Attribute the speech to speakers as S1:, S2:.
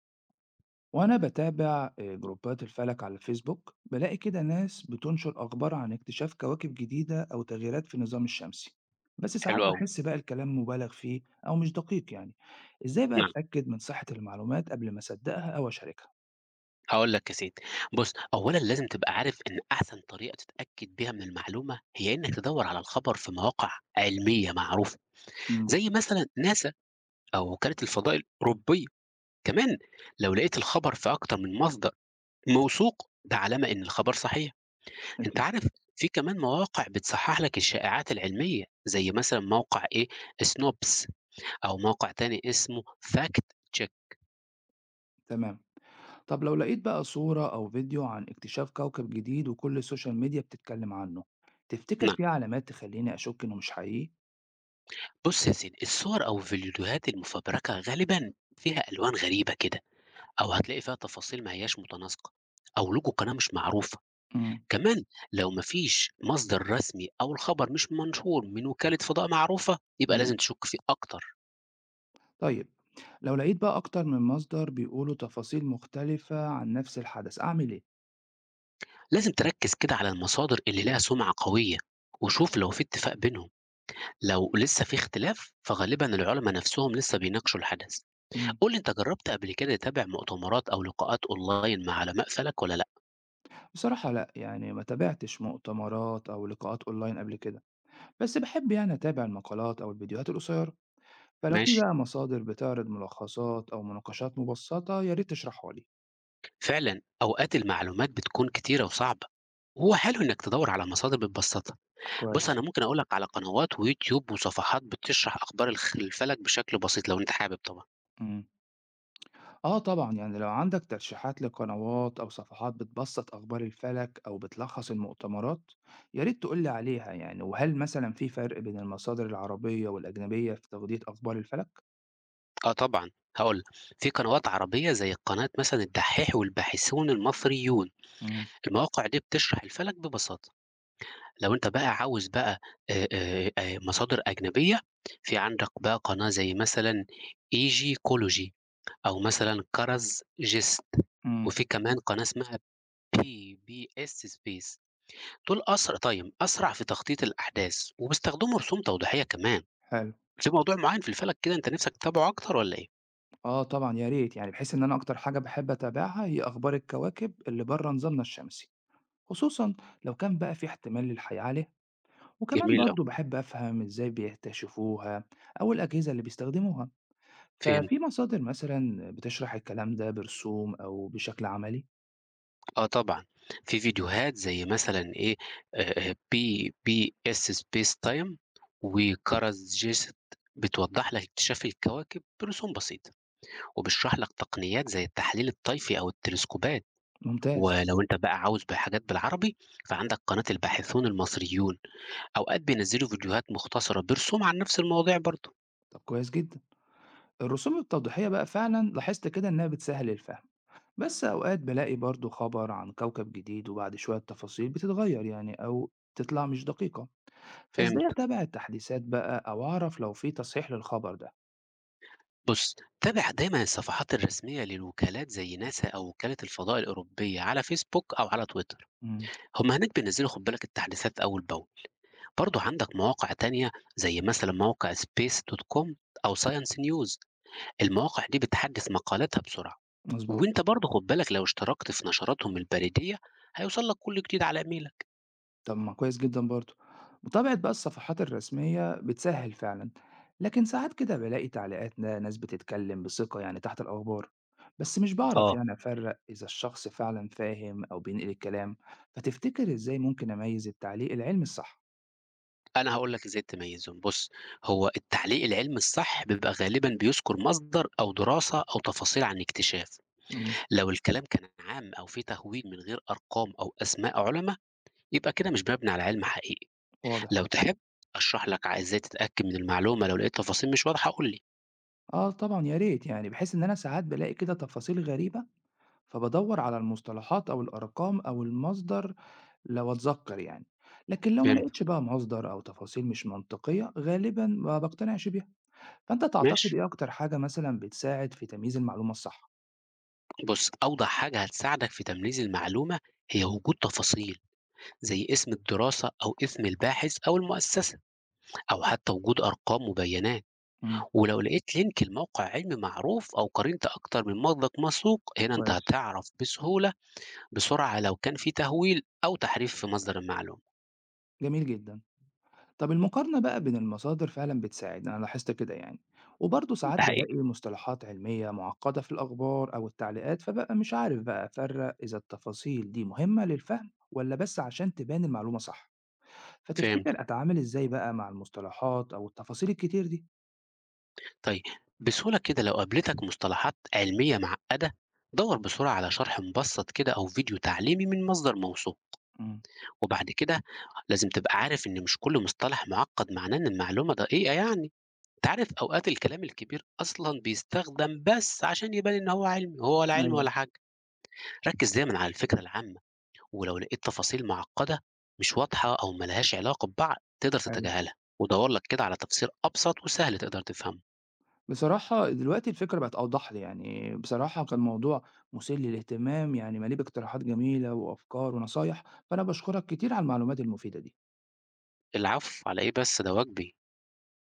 S1: وانا بتابع جروبات الفلك على الفيسبوك بلاقي كده ناس بتنشر اخبار عن اكتشاف كواكب جديدة او تغييرات في النظام الشمسي. بس ساعات
S2: حلو أوي،
S1: بحس بقى الكلام مبالغ فيه او مش دقيق يعني. ازاي بقى
S2: نعم،
S1: اتاكد من صحة المعلومات قبل ما اصدقها او اشاركها؟
S2: هاقول لك يا سيدي، بُص أولًا لازم تبقى عارف إن أحسن طريقة تتأكد بيها من المعلومة هي إنك تدوّر على الخبر في مواقع علمية معروفة،
S1: امم
S2: زي مثلًا ناسا أو وكالة الفضاء الأوروبية، كمان لو لقيت الخبر في أكتر من مصدر موثوق ده علامة إن الخبر صحيح، أنت
S1: اكيد.
S2: عارف في كمان مواقع بتصحح لك الشائعات العلمية، زي مثلًا موقع إيه Snopes أو موقع تاني اسمه Fact Check.
S1: تمام. طب لو لقيت بقى صورة او فيديو عن اكتشاف كوكب جديد وكل السوشيال ميديا بتتكلم عنه، تفتكر
S2: نعم.
S1: في علامات تخليني اشك انه مش حقيقي؟
S2: بُص يا سيدي، الصور أو الفيديوهات المفبركة غالبًا فيها ألوان غريبة كده، أو هتلاقي فيها تفاصيل ما هياش متناسقة، أو logo قناة مش معروفة،
S1: امم
S2: كمان لو ما فيش مصدر رسمي أو الخبر مش منشور من وكالة فضاء معروفة، يبقى
S1: تمام.
S2: لازم تشك فيه أكتر،
S1: طيب، لو لقيت بقى أكتر من مصدر بيقولوا تفاصيل مختلفة عن نفس الحدث أعمل إيه؟
S2: لازم تركز كده على المصادر اللي ليها سمعة قوية، وشوف لو في اتفاق بينهم، لو لسه في اختلاف فغالبًا العلما نفسهم لسه بيناقشوا الحدث،
S1: مم.
S2: قُل لي أنت جربت قبل كده تتابع مؤتمرات أو لقاءات أونلاين مع علماء فلك والّا لأ؟
S1: بصراحة لأ، يعني ما تابعتش مؤتمرات أو لقاءات أونلاين قبل كده. بس بحب يعني أتابع المقالات أو الفيديوهات القصيرة، فلو في
S2: ماشي.
S1: بقى مصادر بتعرض ملخصات أو مناقشات مبسطة يا ريت تشرحها لي.
S2: فعلا اوقات المعلومات بتكون كتيره وصعبه، وهو حلو انك تدور على مصادر بتبسطها. بص
S1: كويس.
S2: انا ممكن اقولك على قنوات ويوتيوب وصفحات بتشرح اخبار الفلك بشكل بسيط لو انت حابب طبعا.
S1: مم. آه طبعًا، يعني لو عندك ترشيحات لقنوات أو صفحات بتبسط أخبار الفلك أو بتلخص المؤتمرات، يا ريت تقول لي عليها يعني، وهل مثلًا في فرق بين المصادر العربية والأجنبية في تغطية أخبار الفلك؟
S2: اه طبعا، هقول، في قنوات عربيه زي قناه مثلا الدحيح والباحثون المصريون،
S1: إمم،
S2: المواقع دي بتشرح الفلك ببساطه. لو انت بقى عاوز بقى مصادر اجنبيه، في عندك بقى قناه زي مثلا ايجي كولوجي او مثلا كرز جيست،
S1: إمم،
S2: وفي كمان قناه اسمها PBS Space، دول أسرع، طيب أسرع في تخطيط الأحداث وبيستخدموا رسوم توضيحية كمان.
S1: حلو.
S2: في موضوع معين في الفلك كده أنت نفسك تتابعه أكتر ولا إيه؟
S1: آه طبعًا يا ريت، يعني بحيث إن أنا أكتر حاجة باحب أتابعها هي أخبار الكواكب اللي برّه نظامنا الشمسي، خصوصًا لو كان بقى في احتمال للحياة عليها، وكمان
S2: جميل أوي.
S1: برضه باحب أفهم إزاي بيكتشفوها أو الأجهزة اللي بيستخدموها.
S2: فهمت.
S1: ففي مصادر مثلا بتشرح الكلام ده برسوم أو بشكل عملي.
S2: أه طبعا، في فيديوهات زي مثلا إيه، بي بي إس سبيس تايم وكرز جيست، بتوضح لك اكتشاف الكواكب برسوم بسيطة وبشرح لك تقنيات زي التحليل الطيفي أو التلسكوبات.
S1: ممتاز.
S2: ولو أنت بقى عاوز بحاجات بالعربي فعندك قناة الباحثون المصريون، أوقات بينزلوا فيديوهات مختصرة برسوم عن نفس المواضيع برضه.
S1: طب كويس جدا، الرسوم التوضيحية بقى فعلا لاحظت كده إنها بتسهل الفهم. بس أوقات بلاقي برضو خبر عن كوكب جديد وبعد شوية تفاصيل بتتغير يعني أو تطلع مش دقيقة،
S2: فهمت.
S1: فإزاي أتابع التحديثات بقى أو أعرف لو في تصحيح للخبر ده؟
S2: بص، تابع دايما الصفحات الرسمية للوكالات زي ناسا أو وكالة الفضاء الأوروبية على فيسبوك أو على تويتر،
S1: مم،
S2: هم هناك بينزلوا خد بالك التحديثات أول بأول. برضه عندك مواقع تانية زي مثلا موقع سبيس دوت كوم أو ساينس نيوز، المواقع دي بتحدث مقالاتها بسرعة.
S1: مظبوط.
S2: وانت برضه خد بالك لو اشتركت في نشراتهم البريدية هيوصل لك كل جديد على ايميلك.
S1: طب ما كويس جدًا برضه. متابعة بقى الصفحات الرسمية بتسهّل فعلًا، لكن ساعات كده بالاقي تعليقات ناس بتتكلم بثقة يعني تحت الأخبار، بس مش باعرف
S2: اه،
S1: يعني أفرّق إذا الشخص فعلًا فاهم أو بينقل الكلام، فتفتكر إزاي ممكن أميّز التعليق العلمي الصح؟
S2: أنا هاقول لك إزاي تميّزهم، بُص، هو التعليق العلمي الصح بيبقى غالبًا بيذكر مصدر أو دراسة أو تفاصيل عن اكتشاف،
S1: إمم،
S2: لو الكلام كان عام أو فيه تهويل من غير أرقام أو أسماء علما، يبقى كده مش مبني على علم حقيقي،
S1: واضح.
S2: لو تحب أشرح لك ع إزاي تتأكد من المعلومة لو لقيت تفاصيل مش واضحة قُل لي.
S1: آه طبعًا يا ريت يعني، بحيث إن أنا ساعات بالاقي كده تفاصيل غريبة، فبادوّر على المصطلحات أو الأرقام أو المصدر لو أتذكّر يعني، لكن لو ما
S2: فهمتك،
S1: لقيتش بقى مصدر أو تفاصيل مش منطقية غالبًا ما باقتنعش بيها، فأنت تعتقد
S2: ماشي.
S1: إيه أكتر حاجة مثلًا بتساعد في تمييز المعلومة الصح؟
S2: بُص، أوضح حاجة هتساعدك في تمييز المعلومة هي وجود تفاصيل، زي اسم الدراسة أو اسم الباحث أو المؤسسة، أو حتى وجود أرقام وبيانات.
S1: إمم،
S2: ولو لقيت لينك لموقع علمي معروف أو قارنت أكتر من مصدر موثوق هنا أنت
S1: كويس،
S2: هتعرف بسهولة بسرعة لو كان في تهويل أو تحريف في مصدر المعلومة.
S1: جميل جدًا. طَب المقارنة بقى بين المصادر فعلًا بتساعد، أنا لاحظت كده يعني، وبرضه ساعات
S2: الحقيقة
S1: بالاقي مصطلحات علمية معقدة في الأخبار أو التعليقات، فبابقى مش عارف بقى أفرّق إذا التفاصيل دي مهمة للفهم والّا بس عشان تبان المعلومة صح، فتفتكر
S2: فهمت.
S1: أتعامل إزاي بقى مع المصطلحات أو التفاصيل الكتير دي؟
S2: طيب، بسهولة كده لو قابلتك مصطلحات علمية معقدة دور بسرعة على شرح مبسط كده أو فيديو تعليمي من مصدر موثوق.
S1: إمم.
S2: وبعد كده لازم تبقى عارف إن مش كل مصطلح معقد معناه إن المعلومة دقيقة يعني، انت عارف أوقات الكلام الكبير أصلا بيستخدم بس عشان يبان إن هو علمي، ولا علم
S1: أيوه،
S2: ولا حاجة. ركز دايما على الفكرة العامة، ولو لقيت تفاصيل معقدة مش واضحة أو ملهاش علاقة ببعض تقدر
S1: حلو.
S2: تتجاهلها، ودور لك كده على تفسير أبسط وسهل تقدر تفهمه.
S1: بصراحة دلوقتي الفكرة بقت أوضح لي، يعني بصراحة كان موضوع مُثير للاهتمام، يعني مليء باقتراحات جميلة وأفكار ونصايح، فأنا باشكرك كتير على المعلومات المفيدة دي.
S2: العفو على إيه بس ده واجبي.